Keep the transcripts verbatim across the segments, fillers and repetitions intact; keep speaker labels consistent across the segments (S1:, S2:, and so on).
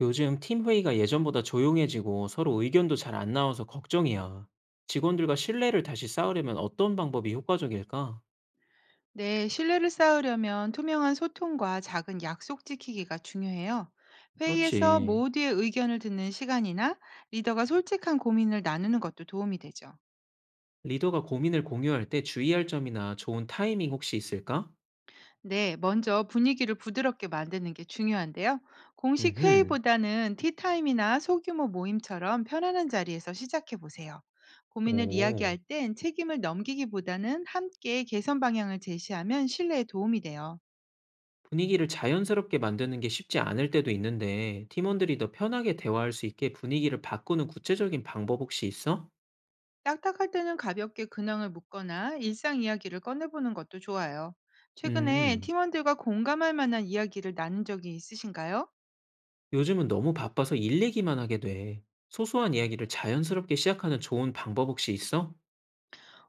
S1: 요즘 팀 회의가 예전보다 조용해지고 서로 의견도 잘 안 나와서 걱정이야. 직원들과 신뢰를 다시 쌓으려면 어떤 방법이 효과적일까?
S2: 네, 신뢰를 쌓으려면 투명한 소통과 작은 약속 지키기가 중요해요. 회의에서
S1: 그렇지.
S2: 모두의 의견을 듣는 시간이나 리더가 솔직한 고민을 나누는 것도 도움이 되죠.
S1: 리더가 고민을 공유할 때 주의할 점이나 좋은 타이밍 혹시 있을까?
S2: 네, 먼저 분위기를 부드럽게 만드는 게 중요한데요. 공식
S1: 음흠.
S2: 회의보다는 티타임이나 소규모 모임처럼 편안한 자리에서 시작해 보세요. 고민을 이야기할
S1: 오.
S2: 땐 책임을 넘기기보다는 함께 개선 방향을 제시하면 신뢰에 도움이 돼요.
S1: 분위기를 자연스럽게 만드는 게 쉽지 않을 때도 있는데, 팀원들이 더 편하게 대화할 수 있게 분위기를 바꾸는 구체적인 방법 혹시 있어?
S2: 딱딱할 때는 가볍게 근황을 묻거나 일상 이야기를 꺼내보는 것도 좋아요. 최근에
S1: 음.
S2: 팀원들과 공감할 만한 이야기를 나눈 적이 있으신가요?
S1: 요즘은 너무 바빠서 일 얘기만 하게 돼. 소소한 이야기를 자연스럽게 시작하는 좋은 방법 혹시 있어?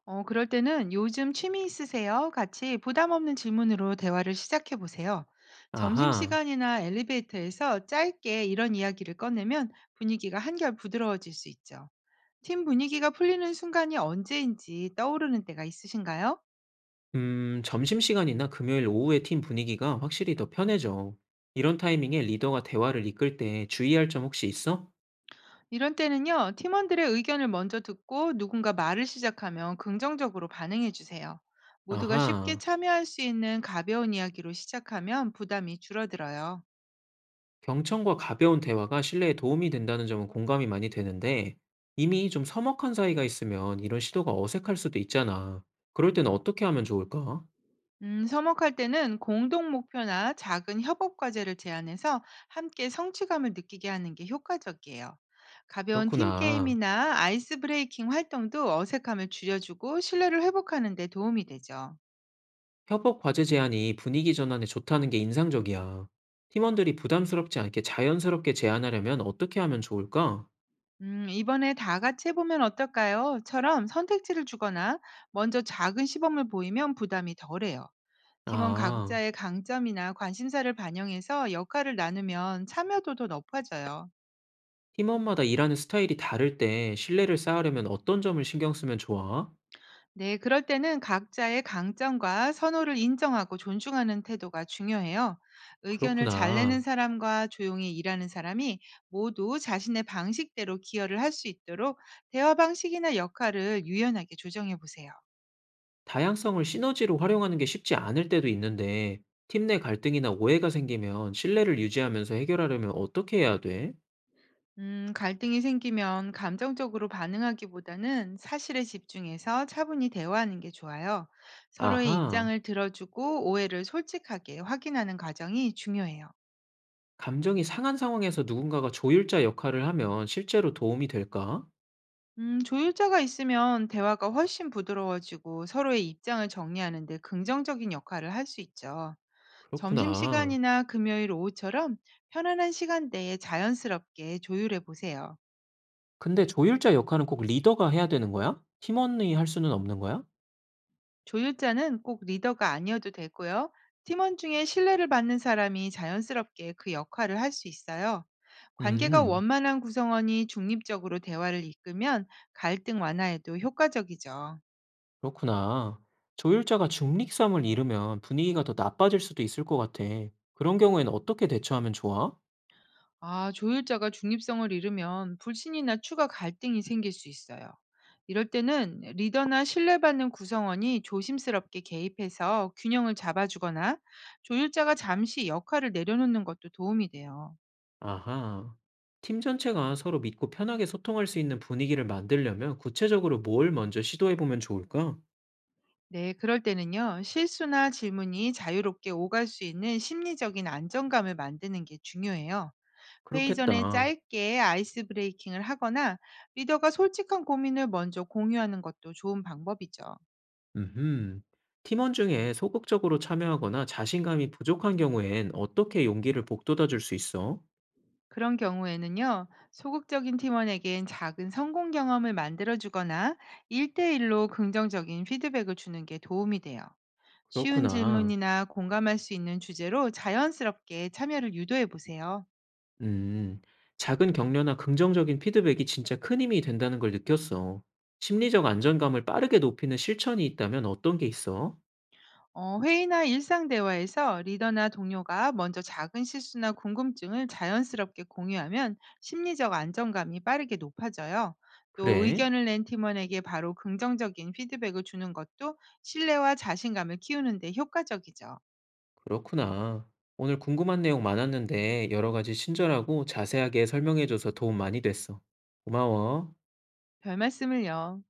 S2: 어, 그럴 때는 요즘 취미 있으세요? 같이 부담 없는 질문으로 대화를 시작해 보세요.
S1: 아하.
S2: 점심시간이나 엘리베이터에서 짧게 이런 이야기를 꺼내면 분위기가 한결 부드러워질 수 있죠. 팀 분위기가 풀리는 순간이 언제인지 떠오르는 때가 있으신가요?
S1: 음, 점심시간이나 금요일 오후에 팀 분위기가 확실히 더 편해져. 이런 타이밍에 리더가 대화를 이끌 때 주의할 점 혹시 있어?
S2: 이런 때는요, 팀원들의 의견을 먼저 듣고 누군가 말을 시작하면 긍정적으로 반응해 주세요. 모두가 쉽게
S1: 아하.
S2: 참여할 수 있는 가벼운 이야기로 시작하면 부담이 줄어들어요.
S1: 경청과 가벼운 대화가 신뢰에 도움이 된다는 점은 공감이 많이 되는데, 이미 좀 서먹한 사이가 있으면 이런 시도가 어색할 수도 있잖아. 그럴 땐 어떻게 하면 좋을까?
S2: 음, 서먹할 때는 공동 목표나 작은 협업 과제를 제안해서 함께 성취감을 느끼게 하는 게 효과적이에요. 가벼운 팀
S1: 그렇구나.
S2: 게임이나 아이스 브레이킹 활동도 어색함을 줄여주고 신뢰를 회복하는 데 도움이 되죠.
S1: 협업 과제 제안이 분위기 전환에 좋다는 게 인상적이야. 팀원들이 부담스럽지 않게 자연스럽게 제안하려면 어떻게 하면 좋을까?
S2: 음, 이번에 다 같이 해보면 어떨까요? 처럼 선택지를 주거나 먼저 작은 시범을 보이면 부담이 덜해요. 팀원
S1: 아,
S2: 각자의 강점이나 관심사를 반영해서 역할을 나누면 참여도도 높아져요.
S1: 팀원마다 일하는 스타일이 다를 때 신뢰를 쌓으려면 어떤 점을 신경 쓰면 좋아?
S2: 네, 그럴 때는 각자의 강점과 선호를 인정하고 존중하는 태도가 중요해요. 의견을 잘 내는
S1: 그렇구나.
S2: 사람과 조용히 일하는 사람이 모두 자신의 방식대로 기여를 할 수 있도록 대화 방식이나 역할을 유연하게 조정해 보세요.
S1: 다양성을 시너지로 활용하는 게 쉽지 않을 때도 있는데, 팀 내 갈등이나 오해가 생기면 신뢰를 유지하면서 해결하려면 어떻게 해야 돼?
S2: 음, 갈등이 생기면 감정적으로 반응하기보다는 사실에 집중해서 차분히 대화하는 게 좋아요. 서로의
S1: 아하.
S2: 입장을 들어주고 오해를 솔직하게 확인하는 과정이 중요해요.
S1: 감정이 상한 상황에서 누군가가 조율자 역할을 하면 실제로 도움이 될까?
S2: 음, 조율자가 있으면 대화가 훨씬 부드러워지고 서로의 입장을 정리하는 데 긍정적인 역할을 할 수 있죠.
S1: 그렇구나.
S2: 점심시간이나 금요일 오후처럼 편안한 시간대에 자연스럽게 조율해 보세요.
S1: 근데 조율자 역할은 꼭 리더가 해야 되는 거야? 팀원이 할 수는 없는 거야?
S2: 조율자는 꼭 리더가 아니어도 되고요. 팀원 중에 신뢰를 받는 사람이 자연스럽게 그 역할을 할 수 있어요. 관계가
S1: 음,
S2: 원만한 구성원이 중립적으로 대화를 이끌면 갈등 완화에도 효과적이죠.
S1: 그렇구나. 조율자가 중립성을 잃으면 분위기가 더 나빠질 수도 있을 것 같아. 그런 경우에는 어떻게 대처하면 좋아?
S2: 아, 조율자가 중립성을 잃으면 불신이나 추가 갈등이 생길 수 있어요. 이럴 때는 리더나 신뢰받는 구성원이 조심스럽게 개입해서 균형을 잡아주거나 조율자가 잠시 역할을 내려놓는 것도 도움이 돼요.
S1: 아하. 팀 전체가 서로 믿고 편하게 소통할 수 있는 분위기를 만들려면 구체적으로 뭘 먼저 시도해 보면 좋을까?
S2: 네, 그럴 때는요, 실수나 질문이 자유롭게 오갈 수 있는 심리적인 안정감을 만드는 게 중요해요. 회의 전에
S1: 그렇겠다.
S2: 짧게 아이스 브레이킹을 하거나 리더가 솔직한 고민을 먼저 공유하는 것도 좋은 방법이죠.
S1: 음, 팀원 중에 소극적으로 참여하거나 자신감이 부족한 경우엔 어떻게 용기를 북돋아 줄 수 있어?
S2: 그런 경우에는요, 소극적인 팀원에겐 작은 성공 경험을 만들어주거나 일대일로 긍정적인 피드백을 주는 게 도움이 돼요. 쉬운
S1: 그렇구나.
S2: 질문이나 공감할 수 있는 주제로 자연스럽게 참여를 유도해 보세요.
S1: 음, 작은 격려나 긍정적인 피드백이 진짜 큰 힘이 된다는 걸 느꼈어. 심리적 안정감을 빠르게 높이는 실천이 있다면 어떤 게 있어?
S2: 어, 회의나 일상 대화에서 리더나 동료가 먼저 작은 실수나 궁금증을 자연스럽게 공유하면 심리적 안정감이 빠르게 높아져요. 또
S1: 그래?
S2: 의견을 낸 팀원에게 바로 긍정적인 피드백을 주는 것도 신뢰와 자신감을 키우는데 효과적이죠.
S1: 그렇구나. 오늘 궁금한 내용 많았는데 여러 가지 친절하고 자세하게 설명해줘서 도움 많이 됐어. 고마워.
S2: 별 말씀을요.